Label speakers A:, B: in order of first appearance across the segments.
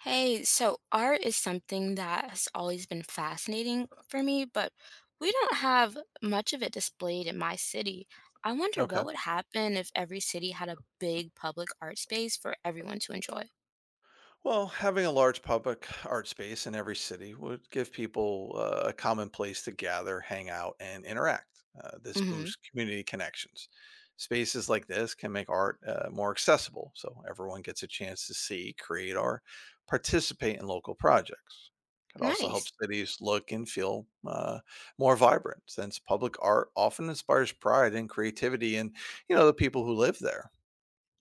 A: Hey, so art is something that has always been fascinating for me, but we don't have much of it displayed in my city. I wonder what
B: Okay.
A: would happen if every city had a big public art space for everyone to enjoy.
B: Well, having a large public art space in every city would give people a common place to gather, hang out, and interact. This
A: Mm-hmm.
B: boosts community connections. Spaces like this can make art more accessible, so everyone gets a chance to see, create, or participate in local projects. It also
A: Nice.
B: helps cities look and feel more vibrant, since public art often inspires pride and creativity in, the people who live there.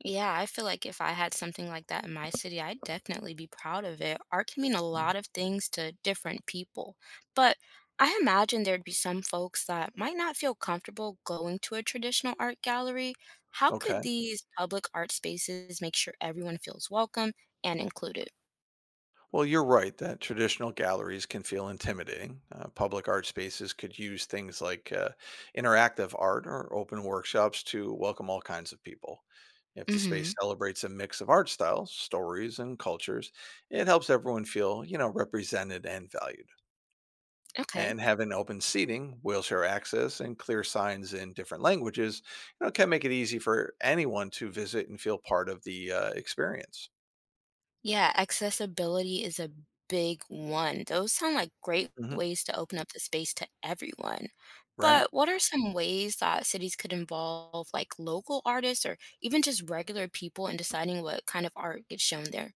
A: Yeah, I feel like if I had something like that in my city, I'd definitely be proud of it. Art can mean a
B: Mhm.
A: lot of things to different people, but I imagine there'd be some folks that might not feel comfortable going to a traditional art gallery. How could
B: Okay.
A: these public art spaces make sure everyone feels welcome and included?
B: Well, you're right that traditional galleries can feel intimidating. Public art spaces could use things like interactive art or open workshops to welcome all kinds of people. If the
A: Mm-hmm.
B: space celebrates a mix of art styles, stories, and cultures, it helps everyone feel, represented and valued.
A: Okay.
B: And having open seating, wheelchair access, and clear signs in different languages, can make it easy for anyone to visit and feel part of the experience.
A: Yeah, accessibility is a big one. Those sound like great
B: Hmm.
A: ways to open up the space to everyone.
B: Right.
A: But what are some ways that cities could involve like local artists or even just regular people in deciding what kind of art gets shown there?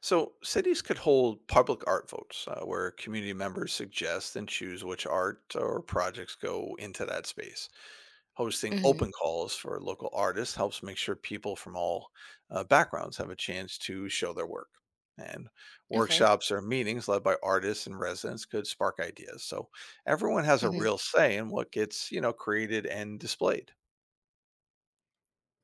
B: So, cities could hold public art votes where community members suggest and choose which art or projects go into that space. Hosting
A: Hmm.
B: open calls for local artists helps make sure people from all backgrounds have a chance to show their work. And
A: Okay.
B: workshops or meetings led by artists and residents could spark ideas. So, everyone has a
A: Hmm.
B: real say in what gets, created and displayed.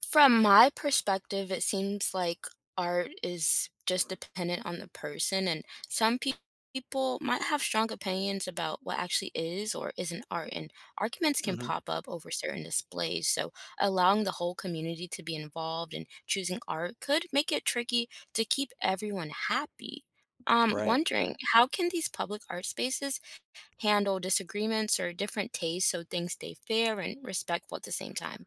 A: From my perspective, it seems like art is just dependent on the person, and some pe people might have strong opinions about what actually is or isn't art, and arguments can
B: Hmm.
A: pop up over certain displays. So, allowing the whole community to be involved in choosing art could make it tricky to keep everyone happy.
B: Right.
A: Wondering how can these public art spaces handle disagreements or different tastes so things stay fair and respectful at the same time?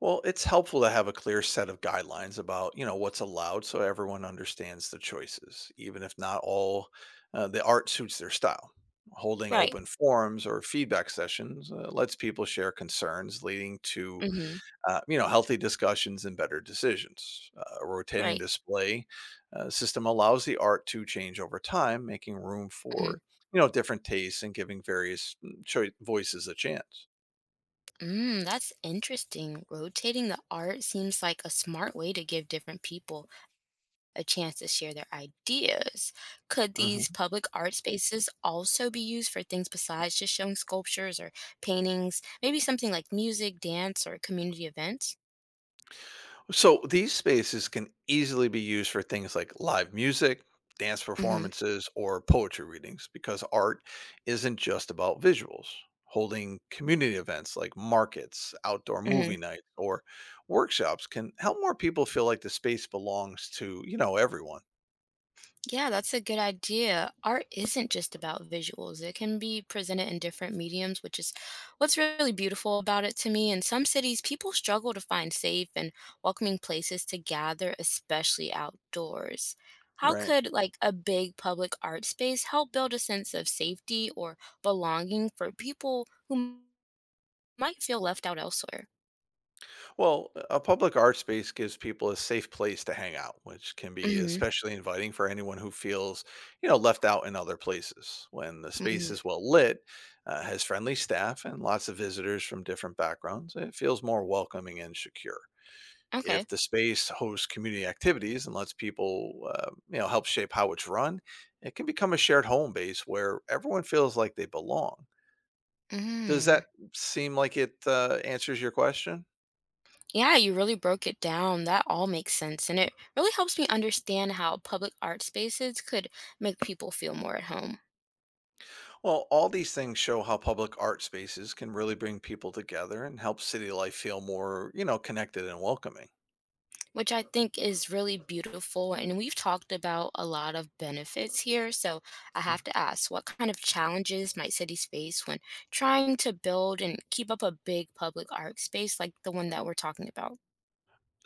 B: Well, it's helpful to have a clear set of guidelines about, what's allowed so everyone understands the choices, even if not all the art suits their style. Holding
A: Right.
B: open forums or feedback sessions lets people share concerns, leading to,
A: Mm-hmm.
B: healthy discussions and better decisions. A rotating
A: Right.
B: display system allows the art to change over time, making room
A: Mhm.
B: for, different tastes and giving various voices a chance.
A: Mm, that's interesting. Rotating the art seems like a smart way to give different people a chance to share their ideas. Could these
B: Mhm.
A: public art spaces also be used for things besides just showing sculptures or paintings? Maybe something like music, dance, or community events?
B: So these spaces can easily be used for things like live music, dance
A: Mm-hmm.
B: performances, or poetry readings because art isn't just about visuals. Holding community events like markets, outdoor movie nights, or workshops can help more people feel like the space belongs to, everyone,
A: Yeah, that's a good idea. Art isn't just about visuals. It can be presented in different mediums, which is what's really beautiful about it to me. In some cities, people struggle to find safe and welcoming places to gather, especially outdoors. How
B: right?
A: could like a big public art space help build a sense of safety or belonging for people who might feel left out elsewhere?
B: Well, a public art space gives people a safe place to hang out, which can be
A: Mhm.
B: especially inviting for anyone who feels, left out in other places. When the space
A: Mm.
B: is well lit, has friendly staff, and lots of visitors from different backgrounds, it feels more welcoming and secure.
A: Okay.
B: If the space hosts community activities and lets people, help shape how it's run, it can become a shared home base where everyone feels like they belong. Does
A: Mhm.
B: that seem like it answers your question?
A: Yeah, you really broke it down. That all makes sense. And it really helps me understand how public art spaces could make people feel more at home,
B: Well, all these things show how public art spaces can really bring people together and help city life feel more, connected and welcoming.
A: which I think is really beautiful. And we've talked about a lot of benefits here. So I
B: Mm.
A: have to ask what kind of challenges might cities face when trying to build and keep up a big public art space like the one that we're talking about?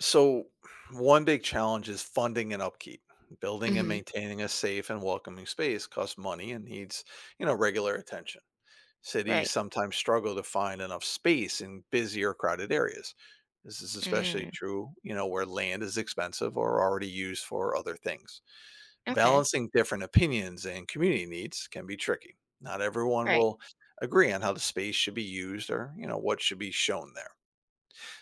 B: So, one big challenge is funding and upkeep. Building and
A: Hmm.
B: maintaining a safe and welcoming space costs money and needs, regular attention. Cities
A: Right.
B: sometimes struggle to find enough space in busy or crowded areas. This is especially
A: Mm,
B: true, where land is expensive or already used for other things.
A: okay.
B: Balancing different opinions and community needs can be tricky. Not everyone
A: Right.
B: will agree on how the space should be used or, what should be shown there.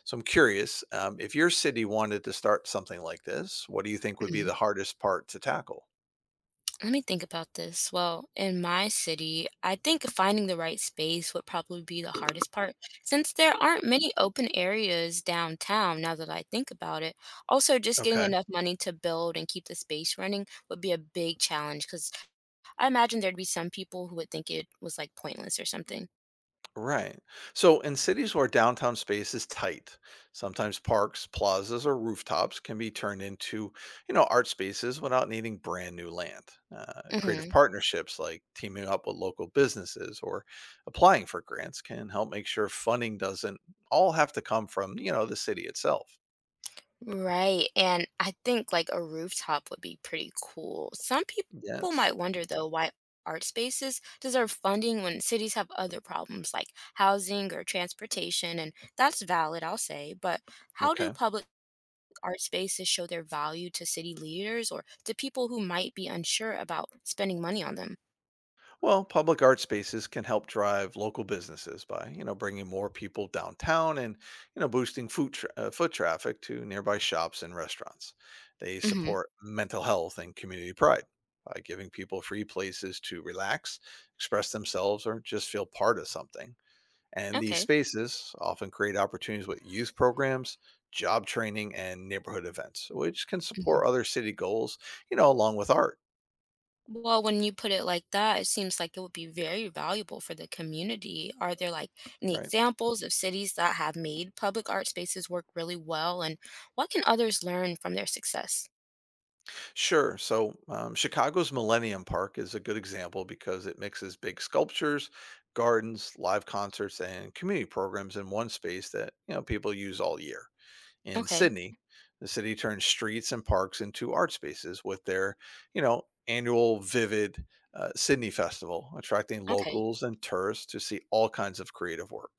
B: So I'm curious, if your city wanted to start something like this, what do you think would be
A: Mm-hmm.
B: the hardest part to tackle?
A: Let me think about this. Well, in my city, I think finding the right space would probably be the hardest part since there aren't many open areas downtown now that I think about it. Also, just getting
B: Okay.
A: enough money to build and keep the space running would be a big challenge because I imagine there'd be some people who would think it was like pointless or something.
B: Right. So, in cities where downtown space is tight, sometimes parks, plazas, or rooftops can be turned into, art spaces without needing brand new land. Creative
A: Hmm.
B: partnerships like teaming up with local businesses or applying for grants can help make sure funding doesn't all have to come from, the city itself.
A: Right. And I think like a rooftop would be pretty cool. Some people
B: Yes.
A: might wonder though why art spaces deserve funding when cities have other problems like housing or transportation. And that's valid, I'll say. But how do
B: Okay.
A: public art spaces show their value to city leaders or to people who might be unsure about spending money on them?
B: Well, public art spaces can help drive local businesses by, bringing more people downtown and, boosting foot traffic to nearby shops and restaurants. They
A: Mm hmm.
B: support mental health and community pride by giving people free places to relax, express themselves, or just feel part of something. And these
A: Okay.
B: spaces often create opportunities with youth programs, job training, and neighborhood events, which can support other city goals, along with art,
A: Well, when you put it like that, it seems like it would be very valuable for the community. Are there like any
B: right?
A: examples of cities that have made public art spaces work really well, and what can others learn from their success?
B: Sure. Chicago's Millennium Park is a good example because it mixes big sculptures, gardens, live concerts, and community programs in one space that people use all year. In
A: Okay,
B: Sydney, the city turns streets and parks into art spaces with their annual Vivid Sydney Festival, attracting
A: okay.
B: locals and tourists to see all kinds of creative work.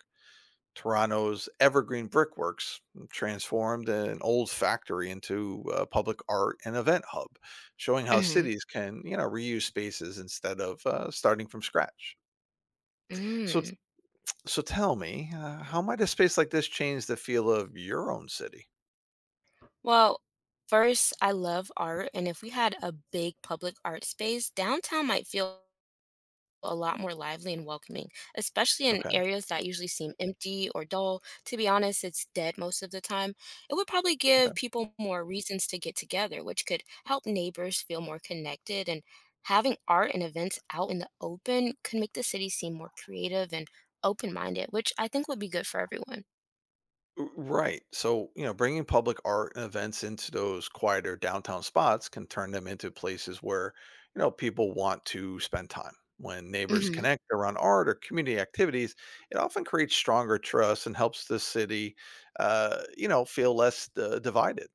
B: Toronto's Evergreen Brickworks transformed an old factory into a public art and event hub, showing how
A: Hmm.
B: cities can, reuse spaces instead of starting from scratch. So,
A: Mm.
B: so tell me, how might a space like this change the feel of your own city?
A: Well, first, I love art, and if we had a big public art space, downtown might feel a lot more lively and welcoming, especially in
B: Okay.
A: areas that usually seem empty or dull. To be honest, it's dead most of the time. It would probably give people more reasons to get together, which could help neighbors feel more connected. And having art and events out in the open could make the city seem more creative and open minded, which I think would be good for everyone.
B: Right. So, bringing public art and events into those quieter downtown spots can turn them into places where, people want to spend time. When neighbors
A: Hmm.
B: connect around art or community activities, it often creates stronger trust and helps the city, feel less divided.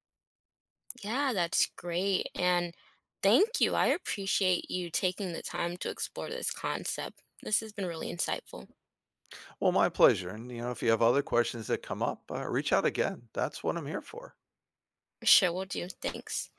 A: Yeah, that's great. And thank you. I appreciate you taking the time to explore this concept. This has been really insightful.
B: Well, my pleasure. And, if you have other questions that come up, reach out again. That's what I'm here for.
A: Sure, will do. Thanks.